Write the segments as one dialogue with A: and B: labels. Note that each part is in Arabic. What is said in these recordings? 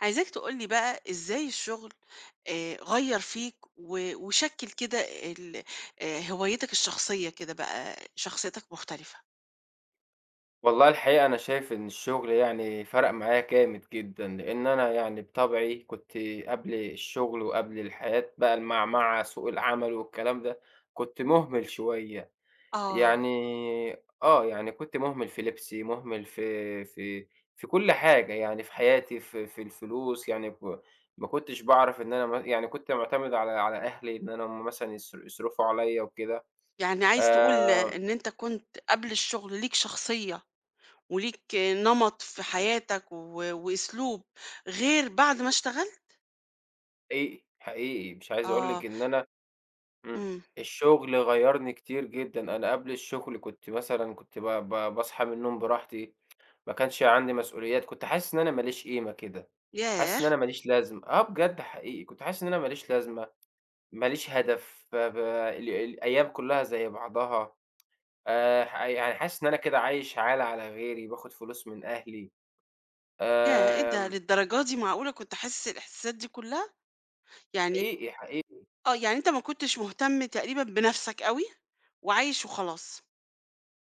A: عايزاك تقول لي بقى إزاي الشغل غيّر فيك و وشكِّل كده ال هوايتك الشخصية كده بقى، شخصيتك مختلفة.
B: والله الحقيقة أنا شايف إن الشغل فرق معايا جامد جدًا، لإن أنا بطبعي كنت قبل الشغل وقبل الحياة بقى المعمعة سوق العمل والكلام ده، كنت مهمل شوية،
A: آه.
B: يعني يعني، كنت مهمل في لبسي، مهمل في في كل حاجة يعني في حياتي، في الفلوس، يعني ما كنتش باعرف إن أنا يعني كنت معتمد على أهلي إن أنا هُم مثلًا يصرفوا عليَّ وكده،
A: يعني عايز تقول
B: آآ،
A: إن أنت كنت قبل الشغل ليك شخصية وليك نمَط في حياتك و وأسلوب غير بعد ما اشتغلت؟
B: حقيقي، حقيقي مش عايز أقول
A: آه.
B: لِك إن أنا. إمم.
A: إمم.
B: الشغل غيّرني كتير جدًا، أنا قبل الشغل كنت مثلًا كنت ب ب باصحى من النوم براحتي، ما كانش عندي مسؤوليات، كنت حاسس إن أنا ما ليش قيمة كده، حاسس
A: ياه!
B: إن أنا ما ليش لازمة، آه بجد حقيقي، كنت حاسس إن أنا ما ليش لازمة، ما ليش هدف، ب ب ال الأيام كلّها زي بعضها، ح يعني حاسس إن أنا كده عايش عالة على غيري، باخد فلوس من أهلي.
A: ياه! إيه ده
B: آمم
A: للدرجة دي معقولة كنت حاسس الإحساسات دي كلّها؟ يعني
B: حقيقي، حقيقي،
A: آه، يعني أنت ما كنتش مهتم تقريبًا بنَفْسك أوي وعايش وخلاص.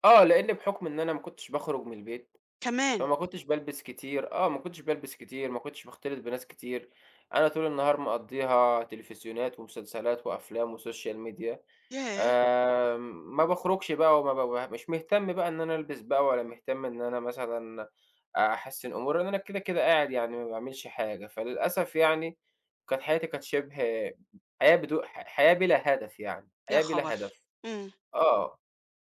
B: آه لإن بحكم إن أنا ما كنتش باخرج من البيت
A: كمان!
B: فما كنتش بالبس كتير، آه، ما كنتش بالبس كتير، ما كنتش باختلط بناس كتير، أنا طول النهار مقضّيها تلفزيونات ومسلسلات وأفلام وSocial media.
A: ياه!
B: ما باخرجش بقى وما ب مش مهتم بقى إن أنا ألبس بقى ولا مهتم إن أنا مثلًا أحسِّن أموري، لإن أنا كده، كده قاعد يعني ما باعملش حاجة، فللأسف يعني كانت حياتي كانت شبه حياة بدو ح حياة بلا هدف يعني،
A: يا
B: حياة بلا
A: خبر!
B: هدف،
A: إمم.
B: آه.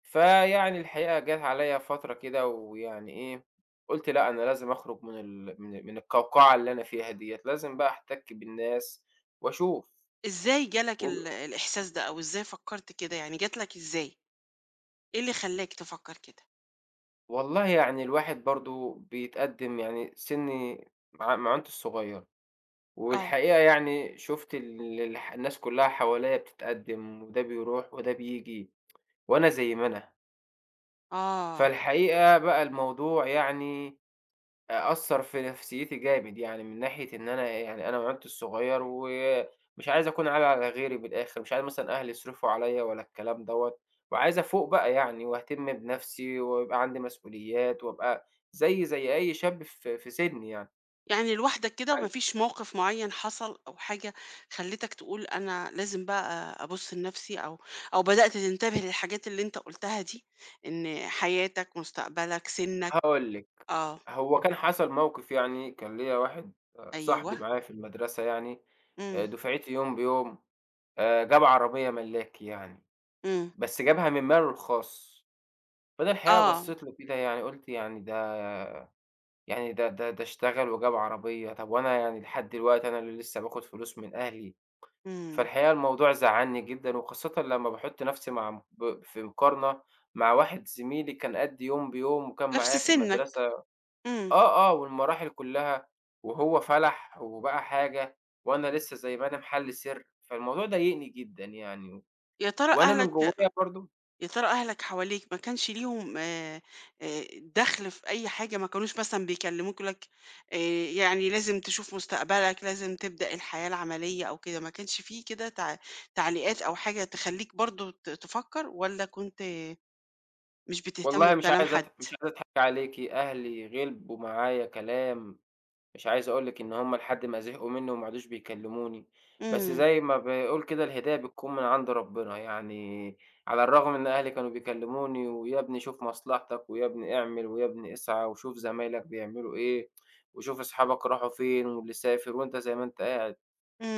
B: الحقيقة جات عليَّ فترة كده ويعني إيه، قُلت لأ، أنا لازم أخرج من ال من من القوقعة اللي أنا فيها ديّة، لازم بقى أحتك بالناس وأشوف.
A: إزاي جالك
B: وب
A: ال الإحساس ده أو إزاي فكّرت كده، يعني جات لك إزاي؟ إيه اللي خلّاك تفكّر كده؟
B: والله يعني الواحد برضه بيتقدّم يعني سِنّي معانته الصغيّرة،
A: آه.
B: والحقيقة يعني شُفت ال الح الناس كلّها حواليّا بتتقدّم، وده بيروح وده بييجي، وأنا زي ما أنا.
A: آه.
B: فالحقيقة بقى الموضوع يعني أ أثّر في نفسيتي جامد، يعني من ناحية إن أنا يعني أنا وعيلتي الصغير ومش عايز أكون عالي على غيري من الآخر، مش عايز مثلًا أهلي يصرفوا عليّا ولا الكلام دوّة، وعايز أفوق بقى يعني وأهتم بنفسي ويبقى عندي مسؤوليات وأبقى زيي زي أي شاب في سنّي يعني.
A: يعني لوحدك كده وما
B: هل
A: فيش موقف معيّن حصل أو حاجة خلّتك تقول أنا لازم بقى أبُص لنَفْسي أو بدأت تنتبه للحاجات اللي أنت قُلتها دي، إن حياتك، مستقبلك، سِنّك.
B: هاقول لِك،
A: آه.
B: هو كان حصل موقف يعني كان ليّا واحد، آه، صاحبي
A: أيوه.
B: معايا في المدرسة يعني،
A: إمم.
B: دُفعتي يوم بيوم، جاب عربية ملاكي يعني،
A: إمم.
B: بس جابها من ماله الخاص. فأنا الحقيقة
A: آه.
B: بصّيت له كده يعني قُلت يعني ده اشتغل وجاب عربية، طب وأنا يعني لحد دلوقتي أنا اللي لسه باخد فلوس من أهلي،
A: إمم.
B: فالحقيقة الموضوع زعّلني جدًا، وخاصةً لمّا باحُط نَفْسي مع م ب في مقارنة مع واحد زميلي كان قدّي يوم بيوم وكان
A: نَفْس
B: معايا في
A: سِنّك.
B: المدرسة،
A: إمم.
B: آه، آه، والمراحل كلّها، وهو فَلَح وبقى حاجة، وأنا لسه زي ما أنا محَل سِر، فالموضوع ضايقني جدًا يعني،
A: يا ترى
B: وأنا من
A: أهلك
B: جوّايا برضه.
A: يا ترى أهلك حواليك ما كانش ليهم دخل في أي حاجة، ما كانوش مثلًا بيكلموك يقولوا لك آآ، يعني لازم تشوف مستقبلك، لازم تبدأ الحياة العملية أو كده، ما كانش في كده تعليقات أو حاجة تخلّيك برضه تفكّر والّا كنت مش بتهتم
B: والله
A: بكلام حد؟
B: مش عايز أضحك عليكِ، أهلي غِلبوا معايا كلام، مش عايز أقول لِك إن هُم لحد ما زهقوا منّي وما عادوش بيكلموني، بس
A: إمم،
B: زي ما بيقول كده الهداية بتكون من عند ربنا، يعني على الرغم إن أهلي كانوا بيكلموني: ويا ابني شوف مصلحتك، ويا ابني اعمل، ويا ابني اسعى، وشوف زمايلك بيعملوا إيه، وشوف أصحابك راحوا فين، واللي سافر وأنت زي ما أنت قاعد،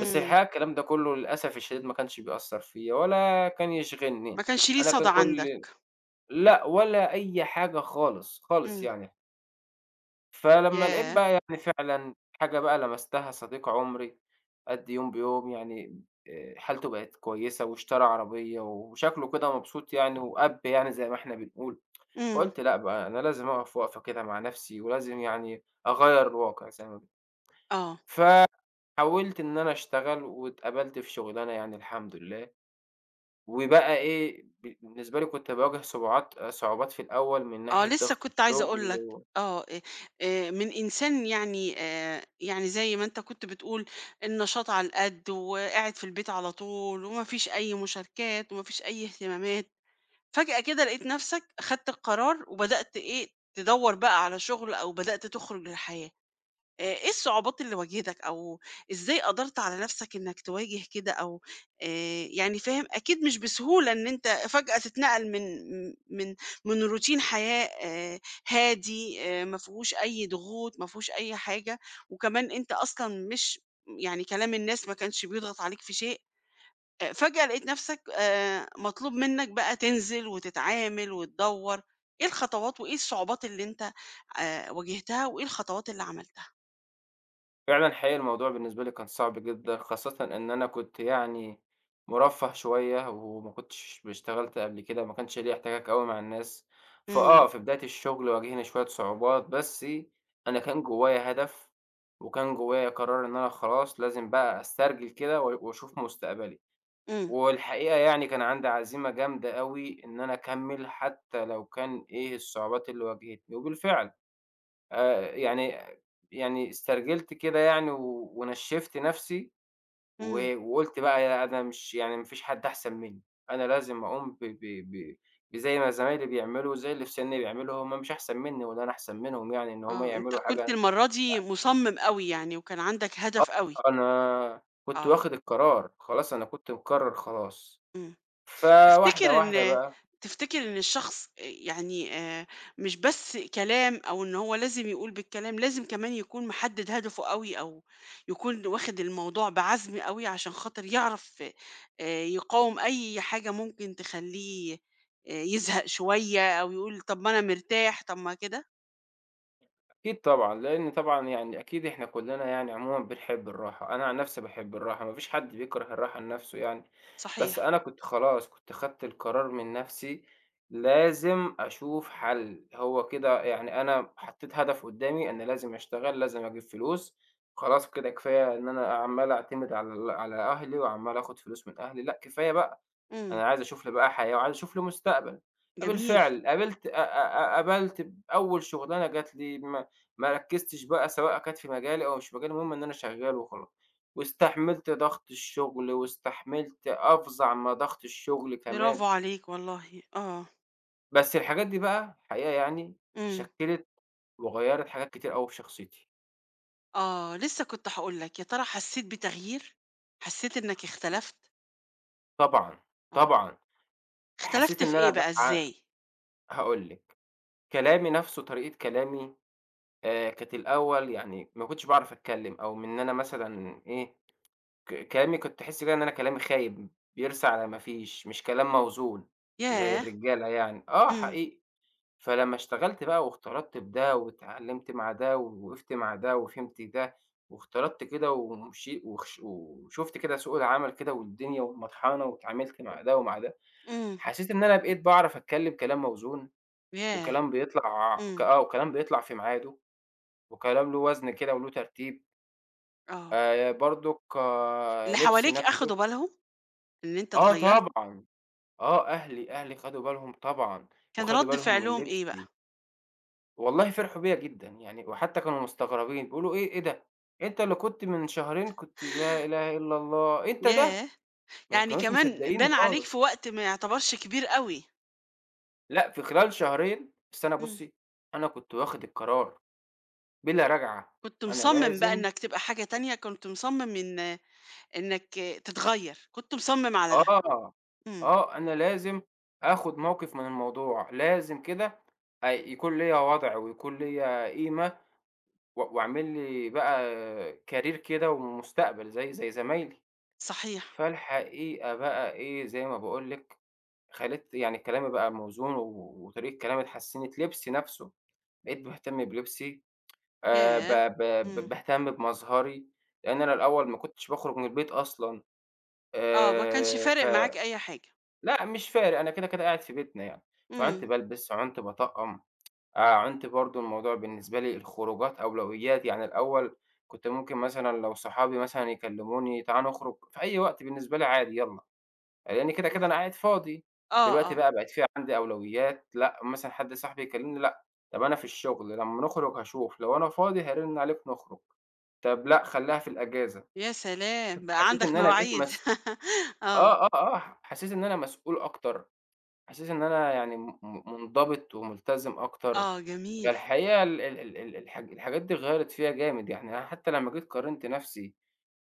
B: بس الحقيقة الكلام ده كلّه للأسف الشديد ما كانش بيأثّر فيّا ولا كان يشغلني،
A: ما كانش ليه
B: أنا
A: صدى
B: كان كل
A: عندك،
B: لأ، ولا أي حاجة خالص، خالص
A: إمم،
B: يعني. فلمّا لقيت
A: ياه!
B: بقى يعني فعلًا حاجة بقى لمستها صديق عمري قد يوم بيوم يعني، حالته بقت كويسة واشترى عربية وشكله كده مبسوط يعني يعني زي ما إحنا بنقول،
A: إمم،
B: فقُلت لأ بقى أنا لازم أقف وقفة كده مع نفسي ولازم يعني أغيّر الواقع زي ما بن
A: آه.
B: فحاولت إن أنا أشتغل واتقبلت في شُغلانة يعني الحمد لله. وبقى إيه، بالنسبة لي كنت باواجه صعوبات في الأول من
A: آه،
B: ناحية
A: لسه
B: ضغط
A: كنت عايزة أقول لك
B: الشغل،
A: من إنسان يعني يعني زي ما أنت كنت بتقول النشاط على القد وقاعد في البيت على طول وما فيش أي مشاركات وما فيش أي اهتمامات، فجأة كده لقيت نَفْسك خدت القرار وبدأت إيه، تدوّر بقى على شغل أو بدأت تخرج للحياة. إيه الصعوبات اللي واجهتك، أو إزاي قدرت على نفسك إنك تواجه كده أو يعني فاهم، أكيد مش بسهولة إن أنت فجأة تتنقل من من روتين حياة هادي، ما فيهوش أي ضغوط، ما فيهوش أي حاجة، وكمان أنت أصلًا مش يعني كلام الناس ما كانش بيضغط عليك في شيء، فجأة لقيت نَفْسك مطلوب منّك بقى تنزل وتتعامل وتدوّر، إيه الخطوات وإيه الصعوبات اللي أنت واجهتها وإيه الخطوات اللي عملتها؟
B: وفعلًا حقيقي الموضوع بالنسبة لي كان صعب جدًا، خاصةً إن أنا كنت يعني مُرفّه شوية، وما كنتش اشتغلت قبل كده، ما كانش ليّا احتكاك أوي مع الناس،
A: إمم،
B: فآه في بداية الشغل واجهني شوية صعوبات، بس أنا كان جوايا هدف، وكان جوايا قرار إن أنا خلاص لازم بقى أسترجل كده وأشوف مستقبلي.
A: إمم،
B: والحقيقة يعني كان عندي عزيمة جامدة أوي إن أنا أكمّل حتى لو كان إيه الصعوبات اللي واجهتني، وبالفعل آآ يعني استرجلت كده يعني ونشّفت نَفْسي
A: إمم،
B: وقُلت بقى يا أنا مش يعني ما فيش حد أحسن منّي، أنا لازم أقوم ب ب ب بزي ما زمايلي بيعملوا، زي اللي في سِنّي بيعملوا، هم مش أحسن منّي ولا أنا أحسن منهم يعني إن هم
A: آه، أنت
B: يعملوا
A: كنت
B: حاجة.
A: المرّة دي مُصمِّم أوي يعني وكان عندك
B: آه،
A: هدف أوي،
B: أنا كنت
A: آه،
B: واخد القرار، خلاص أنا كنت مقرّر خلاص.
A: إمم.
B: فواحدة،
A: تفتكر
B: واحدة
A: إن
B: بقى
A: تفتكر إن الشخص يعني مش بس كلام أو إن هو لازم يقول بالكلام، لازم كمان يكون محدد هدفه أوي أو يكون واخد الموضوع بعزم أوي عشان خاطر يعرف يقاوم أي حاجة ممكن تخلّيه يزهق شوية أو يقول طب ما أنا مرتاح، طب ما كده؟
B: أكيد طبعًا، لإن طبعًا يعني أكيد إحنا كلّنا يعني عمومًا بنحب الراحة، أنا عن نفسي باحب الراحة، ما فيش حد بيكره الراحة لنفسه يعني، بس
A: صحيح.
B: أنا كنت خلاص كنت خدت القرار من نفسي لازم أشوف حل، هو كده يعني أنا حطيت هدف قدّامي أنا لازم أشتغل، لازم أجيب فلوس، خلاص كده كفاية إن أنا عمّال أعتمد على أهلي وعمّال آخد فلوس من أهلي، لأ كفاية بقى.
A: إمم.
B: أنا عايز أشوف له بقى حياة وعايز أشوف له مستقبل،
A: جميل.
B: فبالفعل قابلت أ أ أ قابلت أول شغلانة جات لي، ما ركّزتش بقى سواء كانت في مجالي أو مش في مجالي، المهم إن أنا شغّال وخلاص، واستحملت ضغط الشغل واستحملت أفظع ما ضغط الشغل
A: برافو
B: كمان،
A: عليك والله. آه.
B: بس الحاجات دي بقى الحقيقة يعني
A: إمم.
B: شكّلت وغيّرت حاجات كتير أوي في شخصيتي.
A: آه. لسه كنت هاقول لك، يا ترى حسّيت بتغيير؟ حسّيت إنك اختلفت؟
B: طبعًا،
A: آه.
B: طبعًا،
A: اختلفت
B: حسّيت
A: في
B: إن أنا
A: إيه بقى
B: بقى
A: إزاي؟
B: هاقول لِك، كلامي نَفْسه طريقة كلامي، كانت الأول يعني ما كنتش باعرف أتكلّم أو من إن أنا مثلًا إيه، كلامي كنت أحس كده إن أنا كلامي خايب، بيرسى على ما فيش، مش كلام موزون زي
A: ياه!
B: الرجالة يعني. آه
A: إمم،
B: حقيقي. فلمّا اشتغلت بقى واختلطت بده واتعلّمت مع ده ووقفت مع ده وفهمت ده واختلطت كده ومشي وخش وشُفت كده سوق العمل كده والدنيا والمطحنة واتعاملت مع ده ومع ده،
A: إمم،
B: حسّيت إن أنا بقيت باعرف أتكلّم كلام موزون
A: ياه!
B: وكلام بيطلع ك
A: إمم،
B: آه، وكلام بيطلع في ميعاده. وكلام له وزن كده وله ترتيب،
A: آه.
B: برضُك آه
A: اللي
B: لبسي
A: حواليك
B: نَفْسه.
A: أخدوا بالهم إن أنت
B: آه
A: اتغيّرت؟
B: طبعًا، آه أهلي، أهلي خدوا بالهم طبعًا،
A: كان
B: وخدوا
A: رَد
B: بالهم من
A: فعلهم إيه بقى؟
B: لبسي، والله فرحوا بيّا جدًا، يعني وحتى كانوا مستغربين بيقولوا: "إيه إيه ده؟ أنت اللي كنت من شهرين كنت يا إله إلا الله، أنت ده!"
A: ياه!
B: ما
A: يعني
B: كانوش
A: كمان
B: مصدقينّي
A: بان عليك في
B: خالص،
A: وقت ما يعتبرش كبير أوي.
B: لأ في خلال شهرين بس أنا
A: إمم.
B: بُصّي، أنا كنت واخد القرار بلا رجعة،
A: كنت
B: أنا
A: مصمم بقى
B: لازم.
A: إنك تبقى حاجة تانية، كنت مصمم إنك تتغيّر، كنت مصمم على ده.
B: آه،
A: إمم،
B: آه، أنا لازم آخُد موقِف من الموضوع، لازم كده يكون ليّا وَضْع ويكون ليّا قيمة وأعمل لي بقى career كده ومستقبل زي زمايلي.
A: صحيح.
B: فالحقيقة بقى إيه، زي ما باقول لِك خلِت يعني كلامي بقى موزون وطريقة كلامي اتحسِّنت، لبسي نَفْسه، بقيت باهتم بلبسي، ب
A: ياه!
B: ب
A: إمم،
B: ب باهتم بمظهري، لإن أنا الأول ما كنتش باخرُج من البيت أصلًا،
A: آه، ما كانش
B: ف
A: فارق معاك أي حاجة.
B: لأ مش فارق، أنا كده، كده قاعد في بيتنا يعني، فعُنت
A: إمم،
B: بالبس، عُنت باطقّم، عُنت برضه الموضوع بالنسبة لي الخروجات أولويات، يعني الأول كنت ممكن مثلًا لو صحابي مثلًا يكلموني تعالَ نخرج في أي وقت بالنسبة لي عادي يالّا، لإن كده،
A: آه،
B: كده أنا قاعد فاضي،
A: آه،
B: دلوقتي
A: آه.
B: بقى بقت في عندي أولويات، لأ مثلًا حد صاحبي يكلمني لأ، طب أنا في الشغل لمّا نخرج هاشوف، لو أنا فاضي هارن عليك نخرج، طب لأ خلّيها في الأجازة،
A: يا
B: طب
A: سلام! بقى
B: حسيت إن
A: عندك
B: أنا بقيت
A: مواعيد
B: مس
A: آه،
B: آه، آه، آه، حسيت إن أنا مسؤول أكتر، إحساس إن أنا يعني م م منضبط وملتزم أكتر،
A: آه
B: هي
A: جميل.
B: الحقيقة ال ال ال ال الحاج الحاجات دي غيّرت فيّا جامد، يعني أنا حتى لمّا جيت قارنت نَفْسي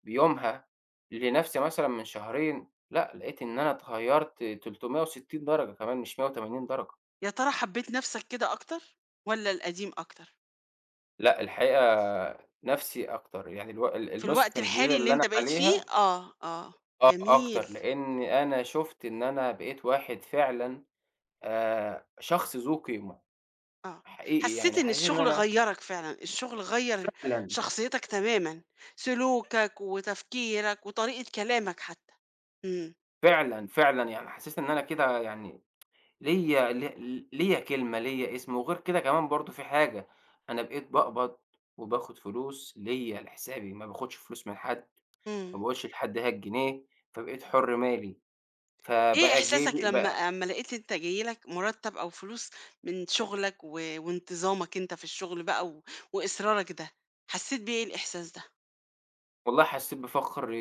B: بيومها لنَفْسي مثلًا من شهرين، لأ، لقيت إن أنا اتغيّرت 360 درجة كمان مش 180 درجة.
A: يا ترى حبّيت نَفْسك كده أكتر والّا القديم أكتر؟
B: لأ، الحقيقة نَفْسي أكتر، يعني الو ال
A: في
B: النُسخة
A: الوقت
B: الجديدة
A: الحالي اللي
B: اللي
A: أنت
B: أنا
A: بقيت فيه
B: عليها.
A: آه، آه،
B: آه،
A: جميل،
B: أكتر، لإن أنا شُفت إن أنا بقيت واحد فعلًا، شخص ذو قيمة،
A: آه.
B: حقيقي
A: حسّيت
B: يعني
A: إن
B: حسيت إن
A: الشغل
B: أنا
A: غيّرك فعلًا، الشغل غيّر
B: فعلًا.
A: شخصيتك تمامًا، سلوكك وتفكيرك وطريقة كلامك حتّى. إمم،
B: يعني حسّيت إن أنا كده يعني ليّا كلمة، ليّا اسم، وغير كده كمان برضه في حاجة، أنا بقيت باقبض وباخد فلوس ليّا لحسابي، ما باخدش فلوس من حد، ما
A: إمم.
B: باقولش لحد هات جنيه، فبقيت حُر مالي،
A: إيه
B: فبقى
A: إحساسك
B: جيبي بق
A: أمّا لقيت أنت جاي لك مُرتّب أو فلوس من شغلك و وانتظامك أنت في الشغل بقى و وإصرارك ده، حسّيت بإيه الإحساس ده؟
B: والله حسّيت بفخر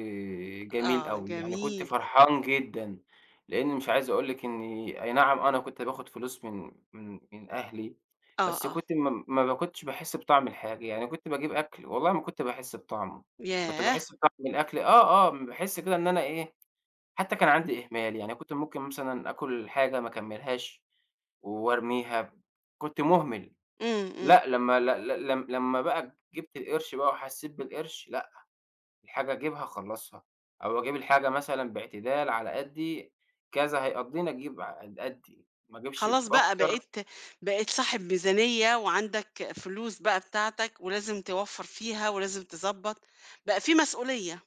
B: جميل
A: آه
B: أوي، يعني كنت
A: جميل،
B: فرحان جدًا، لإن مش عايز أقول لِك إني أي نعم أنا كنت باخد فلوس من أهلي،
A: آه،
B: بس
A: آه،
B: كنت ما ما ب كنتش باحس بطعم الحاجة، يعني كنت باجيب أكل والله ما كنت باحس بطعمه، كنت
A: ياه!
B: باحس بطعم الأكل آه، آه، باحس كده إن أنا إيه، حتى كان عندي إهمال، يعني كنت ممكن مثلًا آكل حاجة ما أكمّلهاش وأرميها، كنت مُهمل،
A: إمم، إمم،
B: لأ لمّا ل ل لم لمّا بقى جِبت القرش بقى وحسّيت بالقرش، الحاجة أجيبها أخلّصها، أو أجيب الحاجة مثلًا باعتدال على قدّي كذا هيقضّيني أجيب على قدّي، ما أجيبش
A: خلاص بقى
B: بأكتر.
A: بقيت صاحب ميزانية وعندك فلوس بقى بتاعتك ولازم توفّر فيها ولازم تضبّط، بقى في مسؤولية،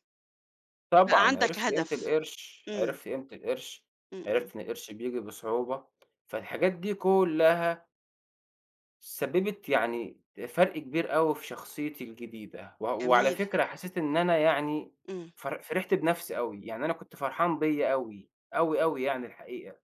A: بقى
B: طبعًا
A: عندك
B: عرفت قيمة
A: هدف،
B: القرش،
A: إمم،
B: عرفت قيمة القرش،
A: إمم، إمم،
B: عرفت إن القرش بييجي بصعوبة، فالحاجات دي كلّها سبّبت يعني فرق كبير أوي في شخصيتي الجديدة، وعلى
A: جميل،
B: فكرة حسيت إن أنا يعني
A: إمم،
B: فرحت بنفسي أوي، يعني أنا كنت فرحان بيّا أوي، أوي، أوي يعني الحقيقة.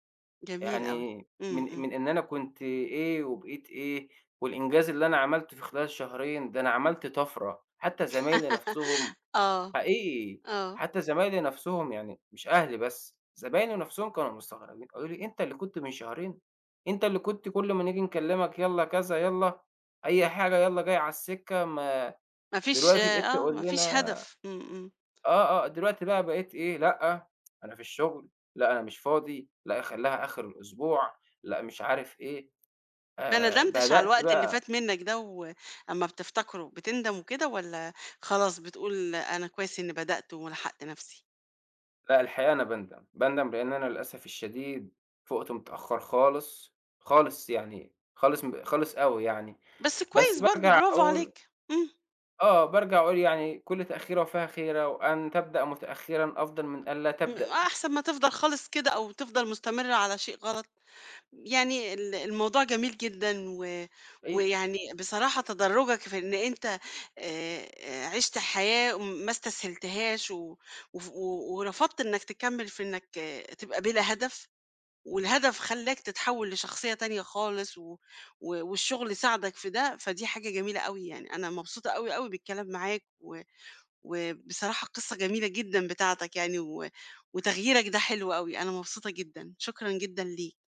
A: جميل أوي،
B: يعني
A: إمم،
B: من
A: إمم،
B: من إن أنا كنت إيه وبقيت إيه، والإنجاز اللي أنا عملته في خلال شهرين ده أنا عملت طفرة، حتى زمايلي نفسهم.
A: آه،
B: حقيقي،
A: آه.
B: حتى زمايلي نفسهم يعني مش أهلي بس، زمايلي نفسهم كانوا مستغربين قالوا لي: "أنت اللي كنت من شهرين، أنت اللي كنت كل ما نيجي نكلمك يالّا كذا، يالّا أي حاجة، يالّا جاي على السكة، ما
A: ما فيش
B: دلوقتي بقيت
A: آه،
B: تقول
A: ما فيش
B: لنا"
A: هدف، إمم، إمم.
B: آه، آه، دلوقتي بقى بقيت إيه، لأ، أنا في الشغل، لأ، أنا مش فاضي، لأ، خلّيها آخر الأسبوع، لأ، مش عارف إيه،
A: ما ندمتش على
B: بدأت
A: الوقت اللي
B: بقى.
A: فات منّك ده و أمّا بتفتكره بتندم وكده والّا خلاص بتقول أنا كويس إنّي بدأت ولحقت نَفْسي؟
B: لأ، الحقيقة أنا باندم، باندم لإن أنا للأسف الشديد فُقت متأخر خالص، خالص يعني، خالص أوي يعني،
A: بس
B: بس
A: كويس برضه
B: بارجع
A: برافو
B: أقول
A: عليك، إمم،
B: آه، بارجع أقول يعني كل تأخيرة وفيها خيرة، وأن تبدأ متأخرًا أفضل من أن لا تبدأ،
A: أحسن ما تفضل خالص كده أو تفضل مستمر على شيء غلط. يعني ال الموضوع جميل جدًا و
B: أي
A: ويعني بصراحة تدرُّجك في إن أنت عِشت حياة ما استسهلتهاش و وف و ورفضت إنّك تكمّل في إنّك تبقى بلا هدف والهدف خلّاك تتحوّل لشخصية تانية خالص و و والشغل ساعدك في ده، فدي حاجة جميلة أوي يعني. أنا مبسوطة أوي، أوي بالكلام معاك و وبصراحة قصّة جميلة جدًا بتاعتك يعني و وتغييرك ده حلو أوي، أنا مبسوطة جدًا. شكرًا جدًا ليك.